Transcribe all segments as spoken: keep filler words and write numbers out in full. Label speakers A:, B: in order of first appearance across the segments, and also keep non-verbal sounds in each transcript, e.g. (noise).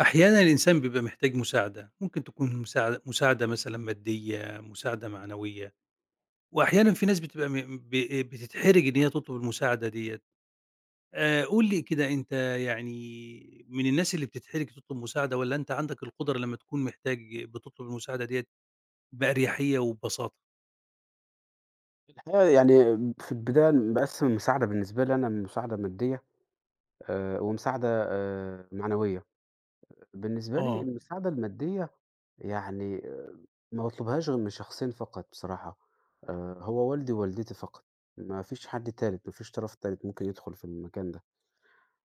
A: أحيانًا الإنسان بيبقى محتاج مساعدة، ممكن تكون مساعدة مساعدة مثلًا مادية، مساعدة معنوية، وأحيانًا في ناس بتبقى م ب بتتحرج إن هي تطلب المساعدة ديّة. آآ، قُل لي كده أنت يعني من الناس اللي بتتحرج تطلب مساعدة والّا أنت عندك القدرة لمّا تكون محتاج بتطلب المساعدة ديّة بأريحية وببساطة؟
B: آه، يعني في البداية باقسّم المساعدة بالنسبة لي أنا مساعدة مادية آآ، ومساعدة آآ، معنوية. بالنسبة لي
A: آه،
B: المساعدة المادية يعني آآ، ما باطلبهاش غير من شخصين فقط بصراحة، آآ، هو والدي ووالدتي فقط، ما فيش حد تالت، ما فيش طرف تالت ممكن يدخل في المكان ده.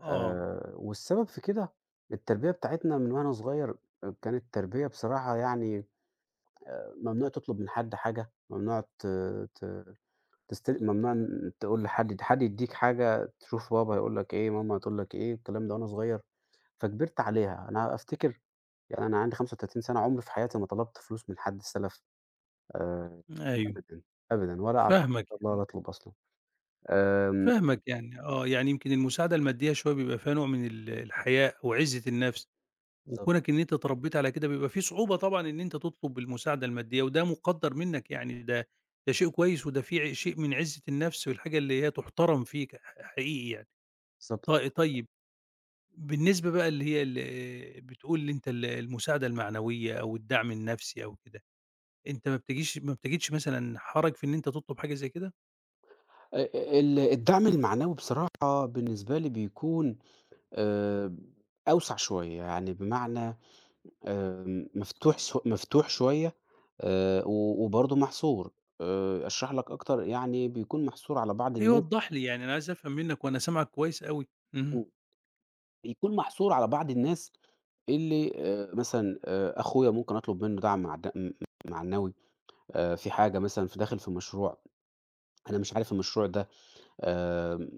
A: آه،
B: آآ، والسبب في كده التربية بتاعتنا من وأنا صغير آه، كانت تربية بصراحة يعني ممنوع تطلب من حد حاجة، ممنوع ت ت تستل ممنوع إن تقول لحد حد يدّيك حاجة تشوف بابا هيقول لك إيه، ماما هتقول لك إيه، الكلام ده وأنا صغير، فكبرت عليها. أنا أفتكر يعني أنا عندي خمسة وثلاثين سَنة، عمري في حياتي ما طلبت فلوس من حد سَلَف آآ
A: أيوه،
B: أبدًا، أبدًا ولا أعتقد
A: فاهمك،
B: إن شاء الله ولا أطلب أصلًا. آمم
A: فاهمك يعني، آه، يعني يمكن المساعدة المادية شوية بيبقى فيها نوع من ال الحياء أو عزة النفس.
B: بالضبط،
A: وكونك إن أنت اتربيت على كده بيبقى في صعوبة طبعًا إن أنت تطلب المساعدة المادية، وده مُقدّر منك يعني ده ده شيء كويس وده في ع شيء من عزة النفس والحاجة اللي هي تُحترم فيك ح حقيقي يعني.
B: بالضبط.
A: ط طيب بالنسبة بقى اللي هي ال بتقول اللي أنت ال المساعدة المعنوية أو الدعم النفسي أو كده، أنت ما بتجيش ما بتجدش مثلًا حرج في إن أنت تطلب حاجة زي كده؟
B: أ ال الدعم المعنوي بصراحة بالنسبة لي بيكون آآ أوسع شوية، يعني بمعنى آمم، مفتوح س مفتوح شوية آآ، و وبرضه محصور، آآ، أشرح لك أكتر يعني بيكون محصور على بعض
A: أيوه
B: الناس.
A: وضّح لي يعني أنا عايز أفهم منك وأنا سامعك كويس أوي. اهم،
B: إمم، بيكون محصور على بعض الناس اللي آآ، مثلًا آآ، أخويا ممكن أطلب منه دعم معد م معنوي آآ، في حاجة مثلًا ف داخل في مشروع أنا مش عارف المشروع ده. آمم،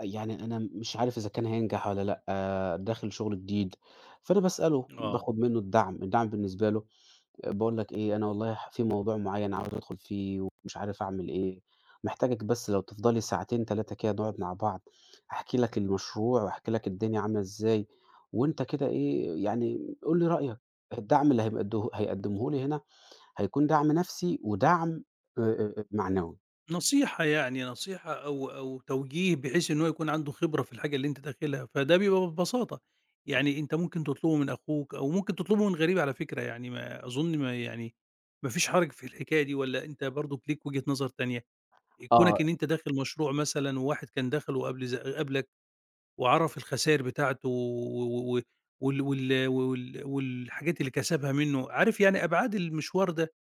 B: يعني أنا مش عارف إذا كان هينجح والّا لأ، آه، داخل شغل جديد، فأنا باسأله،
A: آه.
B: باخد منه الدعم، الدعم بالنسبة له باقول لك إيه، أنا والله ح في موضوع معيّن عاوز أدخل فيه ومش عارف أعمل إيه، محتاجك بس لو تفضى لي ساعتين تلاتة كده نقعد مع بعض، أحكي لك المشروع وأحكي لك الدنيا عاملة إزاي، وأنت كده إيه، يعني قُل لي رأيك، الدعم اللي هيمقده هيقدمه لي هنا هيكون دعم نفسي ودعم آآ آآ معنوي.
A: نصيحة يعني، نصيحة أو أو توجيه بحيث إن هو يكون عنده خبرة في الحاجة اللي أنت داخلها، فده بيبقى ببساطة، يعني أنت ممكن تطلبه من أخوك أو ممكن تطلبه من غريب على فكرة يعني ما أظن ما يعني ما فيش حرج في الحكاية دي والّا أنت برضك ليك وجهة نظر تانية؟
B: آه.
A: كونك إن أنت داخل مشروع مثلًا وواحد كان دخله قبل ز قبلك وعرف الخساير بتاعته و و وال وال وال والحاجات اللي كسبها منه، عارف يعني أبعاد المشوار ده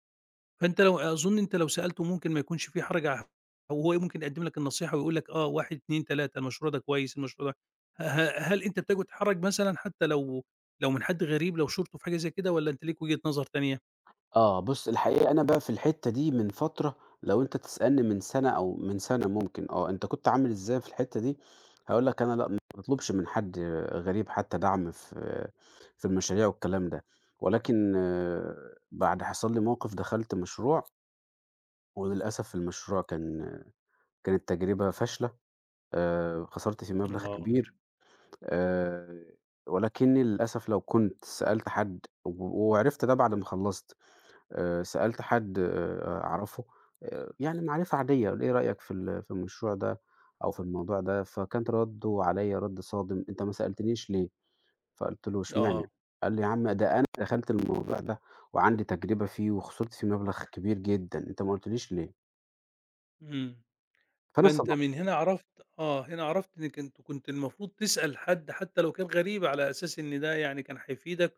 A: فأنت لو أظن أنت لو سألته ممكن ما يكونش في حرج ع وهو إيه ممكن يقدّم لك النصيحة ويقول لك آه واحد، اتنين، تلاتة المشروع ده كويس، المشروع ده ه ه هل أنت بتجو تتحرج مثلًا حتى لو لو من حد غريب لو شورته في حاجة زي كده والّا أنت ليك وجهة نظر تانية؟
B: آه، بُص الحقيقة أنا بقى في الحتّة دي من فترة، لو أنت تسألني من سَنة أو من سَنة ممكن آه، أنت كنت عامل إزاي في الحتّة دي؟ هاقول لك أنا لأ، ما باطلبش من حد غريب حتى دعم في في المشاريع والكلام ده، ولكن آه، بعد حصل لي موقف دخلت مشروع، وللأسف المشروع كان كانت تجربة فاشلة، آآ، خسرت فيه مبلغ
A: آه،
B: كبير، آآ، ولكني للأسف لو كنت سألت حد و وعرفت ده بعد ما خلّصت. آآ سألت حد آآ أعرفه آآ يعني معرفة عادية، قال إيه رأيك في ال في المشروع ده أو في الموضوع ده؟ فكان رَدُّه عليّا رَد صادم، أنت ما سألتنيش ليه؟ فقُلت له اشمعنى؟
A: آه،
B: قال لي: "يا عم ده أنا دخلت الموضوع ده وعندي تجربة فيه وخسرت فيه مبلغ كبير جدًا، أنت ما قُلتليش ليه؟"
A: إمم،
B: فأنا
A: فأنت
B: صدمت،
A: من هنا عرفت آه، هنا عرفت إنك أنت كنت المفروض تسأل حد حتى لو كان غريب على أساس إن ده يعني كان هيفيدك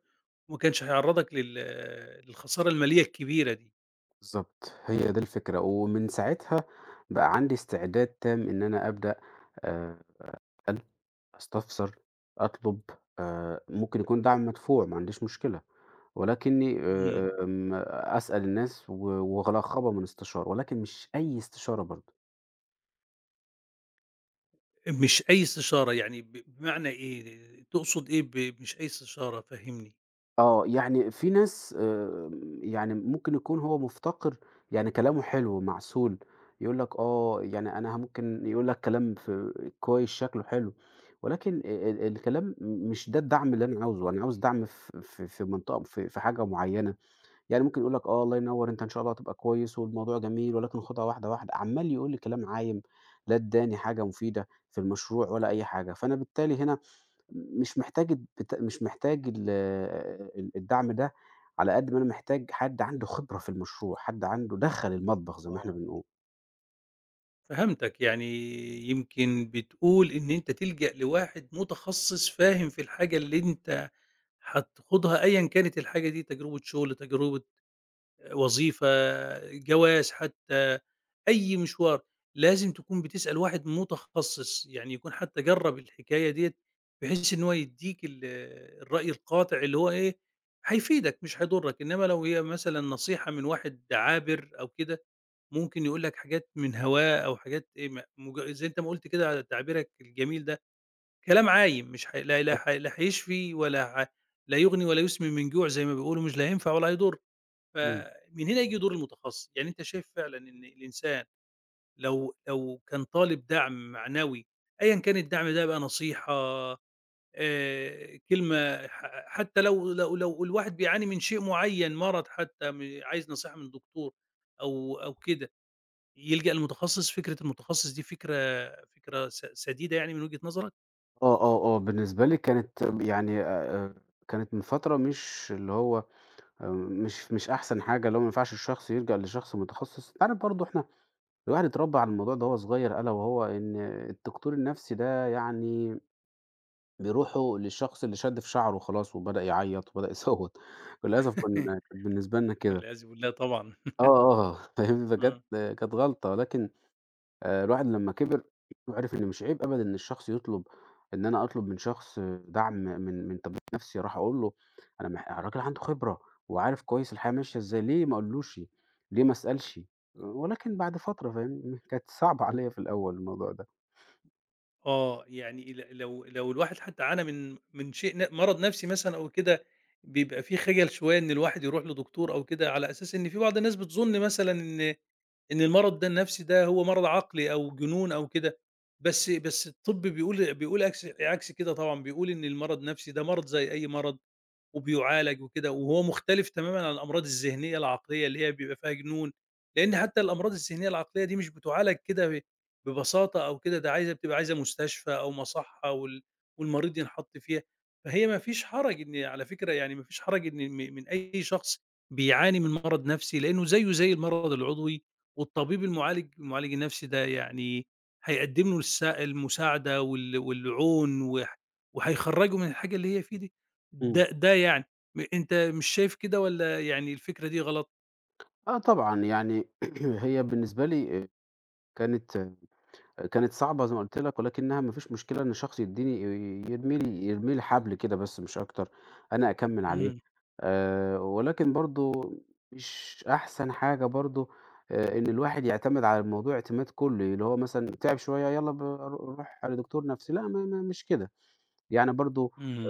A: وما كانش هيعرّضك لل للخسارة المالية الكبيرة دي.
B: بالضبط، هي دي الفكرة. ومن ساعتها بقى عندي استعداد تام إن أنا أبدأ آآ أسأل، أستفسر، أطلب، آآ ممكن يكون دعم مدفوع، ما عنديش مشكلة. ولكنّي
A: إمم.
B: آآ آمم أسأل الناس و وأتلقّبها من استشارة، ولكن مش أي استشارة برضه.
A: مش أي استشارة، يعني ب بمعنى إيه، تقصد إيه ب مش أي استشارة فهّمني؟
B: آه، يعني في ناس آمم يعني ممكن يكون هو مُفتقر يعني كلامه حلو، معسول، يقول لك آه، يعني أنا ه ممكن يقول لك كلام في كويس شكله حلو، ولكن آآ ال الكلام م مش ده الدعم اللي أنا عاوزه، أنا عاوز دعم ف في في منطقة في في حاجة معيّنة. يعني ممكن يقول لك آه، الله ينوّر أنت إن شاء الله هتبقى كويس والموضوع جميل، ولكن خُدها واحدة، واحدة، عمّال يقول لي كلام عايم، لا ادّاني حاجة مفيدة في المشروع ولا أي حاجة، فأنا بالتالي هنا مش محتاج البت مش محتاج ال ال الدعم ده على قد ما أنا محتاج حد عنده خبرة في المشروع، حد عنده دخَل المطبخ زي ما إحنا
A: آه،
B: بنقول.
A: فهمتك، يعني يمكن بتقول إن أنت تلجأ لواحد متخصص فاهم في الحاجة اللي أنت هتخوضها أيًا كانت الحاجة دي، تجربة شغل، تجربة وظيفة، جواز حتى، أي مشوار، لازم تكون بتسأل واحد متخصص، يعني يكون حتى جرّب الحكاية ديّة، بحيث إن هو يدّيك ال الرأي القاطع اللي هو إيه، هيفيدك مش هيضرك، إنما لو هي مثلًا نصيحة من واحد عابر أو كده، ممكن يقول لك حاجات من هواه أو حاجات إيه م مج زي أنت ما قُلت كده على تعبيرك الجميل ده، كلام عايم مش ح لا لا
B: طب
A: ح لا هيشفي ولا ح لا يغني ولا يسمن من جوع زي ما بيقولوا، مش لا هينفع ولا هيضر.
B: إمم.
A: فمن هنا ييجي دور المتخصص، يعني أنت شايف فعلًا إن الإنسان لو لو كان طالب دعم معنوي أيًا كان الدعم ده بقى نصيحة آآ، كلمة ح حتى لو لو لو الواحد بيعاني من شيء معين، مرض حتى م عايز نصيحة من دكتور أو أو كده، يلجأ للمتخصص، فكرة المتخصص دي فكرة فكرة س سديدة يعني من وجهة نظرك؟
B: آه، آه، آه، بالنسبة لي كانت يعني آآ، كانت من فترة مش اللي هو آآ، مش مش أحسن حاجة، اللي هو ما ينفعش الشخص يلجأ لشخص متخصص، أنت عارف برضه إحنا الواحد اتربى على الموضوع ده وهو صغير ألا وهو إن الدكتور النفسي ده يعني بيروحوا للشخص اللي شد في شعره خلاص وبدأ يعيط وبدأ يصوت، (laughs) للأسف كنا
A: (laughs)
B: كانت بالنسبة لنا كده.
A: والعياذ بالله طبعًا.
B: آه، آه، (laughs) فاهمني، فكانت
A: إمم.
B: كانت غلطة ولكن آآ الواحد لمّا كِبِر وعِرِف إن مش عيب أبدًا إن الشخص يطلب إن أنا أطلب من شخص دعم من من تمويل نَفْسي، راح أقول له أنا مح الراجل عنده خبرة وعارف كويس الحياة ماشية إزاي، ليه ما أقولوش، ليه ما أسألش؟ ولكن بعد فترة فاهمني، (laughs) كانت صعبة عليّا في الأول الموضوع ده.
A: آه، يعني ل لو لو الواحد حتى عانى من من شيء ن مرض نفسي مثلًا أو كده، بيبقى في خجل شوية إن الواحد يروح لدكتور أو كده، على أساس إن في بعض الناس بتظن مثلًا إن إن المرض ده النفسي ده هو مرض عقلي أو جنون أو كده، بس بس الطب بيقول بيقول عكس عكس كده طبعًا، بيقول إن المرض النفسي ده مرض زي أي مرض، وبيُعالج وكده، وهو مختلف تمامًا عن الأمراض الذهنية العقلية اللي هي بيبقى فيها جنون، لإن حتى الأمراض الذهنية العقلية دي مش بتُعالج كده ب ببساطة أو كده، ده عايزة بتبقى عايزة مستشفى أو مصحة وال والمريض ينحط فيها، فهي ما فيش حرج إن على فكرة يعني ما فيش حرج إن م من أي شخص بيعاني من مرض نفسي، لإنه زيه زي المرض العضوي، والطبيب المُعالج المُعالج النفسي ده يعني هيقدّم له الس المساعدة وال والعون وح وهيخرّجه من الحاجة اللي هي فيه دي. ده
B: إمم.
A: ده يعني م أنت مش شايف كده والّا يعني الفكرة دي غلط؟
B: آه طبعًا، يعني (clears throat) هي بالنسبة لي آآ كانت، كانت صعبة زي ما قُلت لك، ولكنها ما فيش مشكلة إن شخص يدّيني يرمي لي يرمي لي حبل كده بس مش أكتر، أنا أكمّل عليه
A: إمم،
B: آآ، ولكن برضه مش أحسن حاجة برضه، آآ، إن الواحد يعتمد على الموضوع اعتماد كلّي، اللي هو مثلًا تعب شوية يالّا ب رو روح لدكتور نفسي، لأ ما ما مش كده، يعني برضه
A: إمم،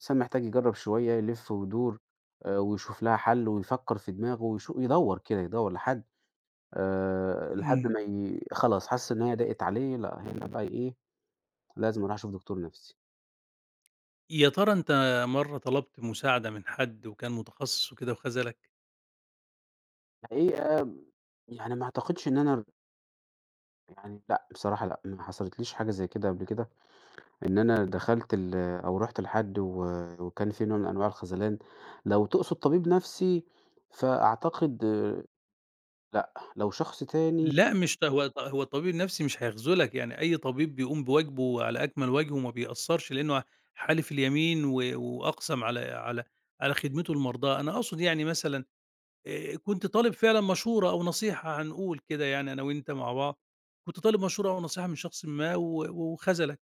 B: الإنسان محتاج يجرّب شوية يلِف ويدور، آآ، ويشوف لها حل ويفكّر في دماغه ويشو يدوّر كده، يدوّر لحد آآ لحد
A: إمم.
B: ما ي خلاص حَس إن هي ضاقت عليه، لأ هنا بقى إيه، لازم أروح أشوف دكتور نَفْسي.
A: يا ترى أنت مرّة طلبت مساعدة من حد وكان متخصص وكده وخذلك؟
B: الحقيقة يعني ما أعتقدش إن أنا يعني لأ، بصراحة لأ، ما حصلتليش حاجة زي كده قبل كده، إن أنا دخلت ال أو رُحت لحد و وكان في نوع من أنواع الخذلان. لو تقصد طبيب نَفْسي، فأعتقد آه، لأ، لو شخص تاني
A: لأ مش ط هو هو الطبيب النفسي مش هيخذلك، يعني أي طبيب بيقوم بواجبه على أكمل وجه وما بيقصّرش لأنه حالف اليمين و وأقسم على على على خدمته لمرضاه، أنا أقصد يعني مثلًا آآ كنت طالب فعلًا مشورة أو نصيحة هنقول كده يعني أنا وأنت مع بعض، كنت طالب مشورة أو نصيحة من شخص ما و وخذلك.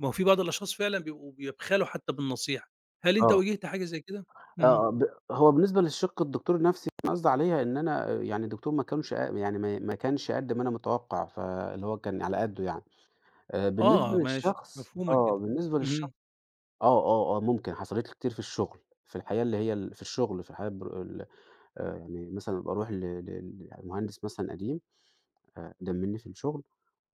A: ما هو في بعض الأشخاص فعلًا بيبقوا بيبخلوا حتى بالنصيحة، هل أنت
B: آه.
A: واجهت حاجة زي كده؟
B: آه،
A: اهم،
B: آه، ب هو بالنسبة للشِق الدكتور النفْسي أنا قصدي عليها إن أنا آه، يعني الدكتور ما كانش ق يعني ما ما كانش قد ما أنا متوقّع، فاللي هو كان على قدّه يعني. آآ بالنسبة
A: آه ماشي،
B: للشخص
A: مفهومة
B: آه،
A: كده،
B: بالنسبة للشخص
A: اهم،
B: آه، آه، آه، ممكن حصلت لي كتير في الشُغل، في الحياة اللي هي ال في الشُغل، في الحياة البر ال آآ يعني مثلًا أبقى أروح ل ل لمهندس مثلًا قديم آآ أقدَم منّي في الشُغل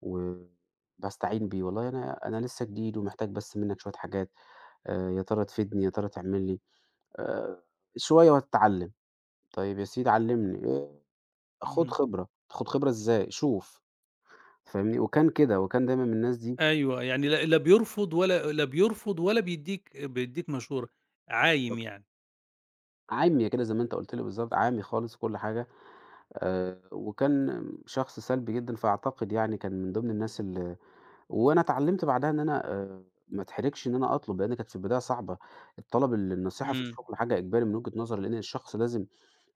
B: وباستعين بيه، "والله أنا أنا لسّه جديد ومحتاج بس منّك شوية حاجات، آآ يا ترى تفيدني، يا ترى تعمل لي." آآ شوية وهتتعلّم. طيب يا سيدي علّمني، آآ خُد
A: اهم،
B: خبرة، خُد خبرة إزاي؟ شوف، فاهمني؟ وكان كده، وكان دايمًا من الناس دي
A: أيوه يعني لا لا بيرفض ولا لا بيرفض ولا بيدّيك بيدّيك مشورة، عايم يعني،
B: عامي كده زي ما أنت قُلت لي بالضبط، عامي خالص وكل حاجة، آآ وكان شخص سلبي جدًا، فأعتقد يعني كان من ضمن الناس ال وأنا اتعلّمت بعدها إن أنا آآ ما اتحرجش إن أنا أطلب، لإن كانت في البداية صعبة، الطلب ال النصيحة في
A: إمم.
B: الشغل حاجة إجباري من وجهة نظري، لإن الشخص لازم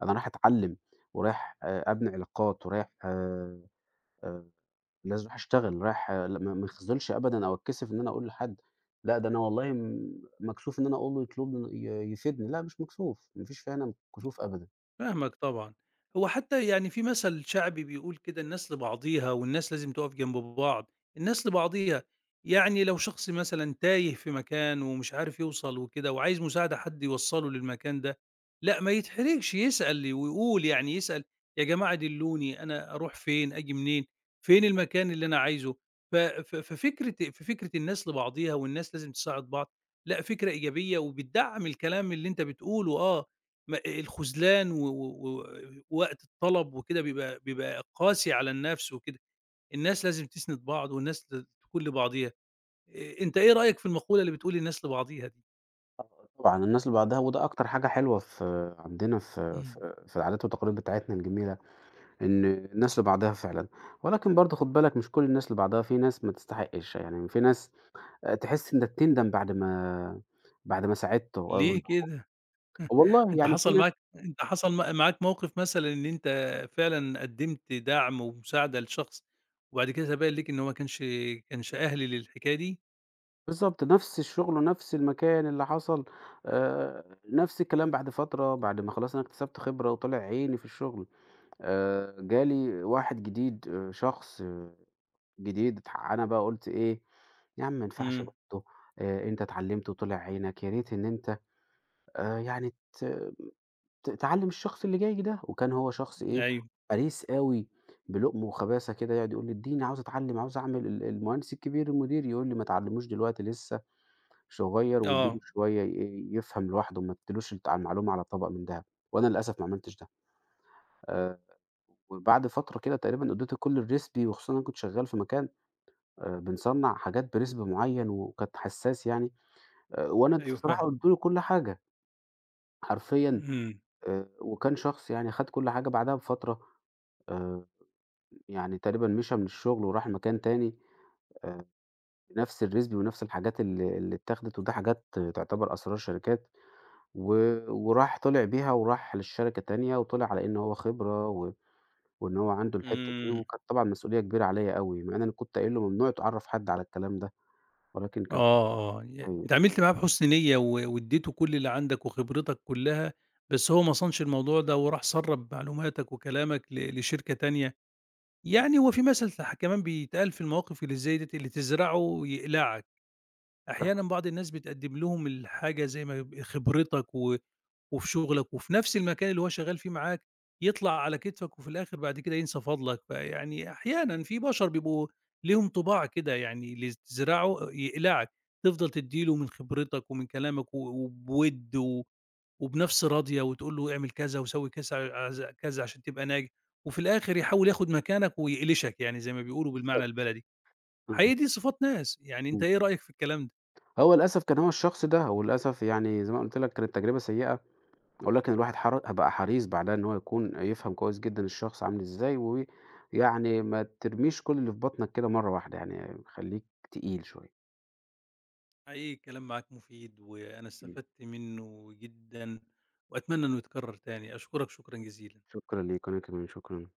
B: أنا رايح أتعلّم ورايح آآ أبني علاقات ورايح آآ آآ لازم أروح أشتغل، رايح لأ ما ما أخذلش أبدًا أو أتكسف إن أنا أقول لحد، لأ ده أنا والله م مكسوف إن أنا أقول له يطلبني ي يفيدني، لأ مش مكسوف، ما فيش فيها هنا كسوف أبدًا.
A: فاهمك طبعًا. هو حتى يعني في مثل شعبي بيقول كده الناس لبعضيها والناس لازم تقف جنب بعض، الناس لبعضيها، يعني لو شخص مثلًا تايه في مكان ومش عارف يوصل وكده وعايز مساعدة حد يوصّله للمكان ده، لأ ما يتحرجش يسأل ويقول يعني يسأل يا جماعة دلّوني أنا أروح فين، آجي منين، فين المكان اللي أنا عايزه؟ ف ف ففكرة ففكرة الناس لبعضيها والناس لازم تساعد بعض، لأ فكرة إيجابية وبتدعّم الكلام اللي أنت بتقوله آه، ما الخذلان و و و ووقت الطلب وكده بيبقى بيبقى قاسي على النفس وكده، الناس لازم تسند بعض والناس ت تكون لبعضيها، آآ أنت إيه رأيك في المقولة اللي بتقول الناس لبعضيها دي؟
B: طبعًا الناس اللي بعدها وده أكتر حاجة حلوة في عندنا في
A: إمم.
B: في في العادات والتقاليد بتاعتنا الجميلة، إن الناس اللي بعدها فعلًا، ولكن برضه خُد بالك مش كل الناس اللي بعدها، في ناس ما تستحقش، يعني في ناس آآ تحس إنك تندم بعد ما بعد ما ساعدته أو
A: ليه كده؟ (laughs)
B: والله
A: أنت
B: يعني في
A: حصل
B: ناس
A: معاك أنت حصل م معاك موقف مثلًا إن أنت فعلًا قدّمت دعم ومساعدة لشخص وبعد كده تبين ليك إن هو ما كانش كانش أهلي للحكاية دي؟
B: بالضبط، نفس الشغل ونفس المكان اللي حصل آآ، نفس الكلام بعد فترة بعد ما خلاص أنا اكتسبت خبرة وطلع عيني في الشغل آآ، جالي واحد جديد آآ، شخص آه جديد اتح أنا بقى قُلت إيه، يا عم ما ينفعش
A: إمم،
B: برضه، آآ، أنت اتعلمت وطلع عينك يا ريت إن أنت آآ، يعني ت ت تعلم الشخص اللي جاي ده، وكان هو شخص إيه
A: أيوه،
B: حريص أوي بلقمه وخباثة كده يقعد يقول لي اديني عاوز أتعلم عاوز أعمل ال المهندس الكبير المدير يقول لي ما تعلموش دلوقتي لسه صغير وادّي له
A: آه،
B: شوية ي يفهم لوحده، ما تدّيلوش الت على المعلومة على طبق من دهب، وأنا للأسف ما عملتش ده. آآ وبعد فترة كده تقريبًا ادّيته كل الrecipe وخصوصًا أنا كنت شغّال في مكان آآ بنصنّع حاجات برِسم معيّن وكانت حسّاس يعني، آآ وأنا
A: أيوه
B: بصراحة
A: فاهمك،
B: قُلت له كل حاجة حرفيًا،
A: إمم،
B: آآ وكان شخص يعني خَد كل حاجة، بعدها بفترة آآ يعني تقريبًا مشى من الشغل وراح مكان تاني آآ بنفس الrecipe ونفس الحاجات ال اللي اتاخدت، وده حاجات تعتبر أسرار شركات. و وراح طلع بيها وراح للشركة تانية، وطلع على إن هو خبرة و وإن هو عنده الحتّة دي،
A: إمم.
B: وكانت طبعًا مسؤولية كبيرة عليّا أوي، مع إن أنا كنت قايل له ممنوع تعرّف حد على الكلام ده، ولكن كان
A: آه، آه، ي
B: أيوه
A: أنت عملت معاه بحُسن نيّة و وادّيته كل اللي عندك وخبرتك كلّها، بس هو ما صانش الموضوع ده وراح سرّب معلوماتك وكلامك ل لشركة تانية، يعني هو في مثل ح كمان بيتقال في المواقف اللي زي ديّة، اللي تزرعه يقلعك، أحيانًا بعض الناس بتقدّم لهم الحاجة زي ما يب خبرتك و وفي شغلك وفي نفس المكان اللي هو شغال فيه معاك، يطلع على كتفك وفي الآخر بعد كده ينسى فضلك، فيعني أحيانًا في بشر بيبقوا ليهم طباع كده يعني اللي تزرعه يقلعك، تفضل تدّي له من خبرتك ومن كلامك و وبوِد و وبنَفْس راضية وتقول له اعمل كذا وسوي كذا عز كذا عشان تبقى ناجح، وفي الآخر يحاول ياخد مكانك ويقلشك يعني زي ما بيقولوا بالمعنى
B: بالضبط،
A: البلدي،
B: إمم،
A: حقيقي دي صفات ناس، يعني أنت
B: إمم.
A: إيه رأيك في الكلام ده؟
B: هو للأسف كان هو الشخص ده، وللأسف يعني زي ما قُلت لك كانت تجربة سيئة، ولكن الواحد حر بقى حريص بعدها إن هو يكون يفهم كويس جدًا الشخص عامل إزاي، ويعني ما ترميش كل اللي في بطنك كده مرّة واحدة، يعني خلّيك تقيل شوية.
A: حقيقي الكلام معاك مفيد وأنا
B: إمم،
A: استفدت منه جدًا وأتمنى إنه يتكرر تاني، أشكرك شكرًا جزيلًا.
B: شكرًا ليك، وأنا كمان شكرًا.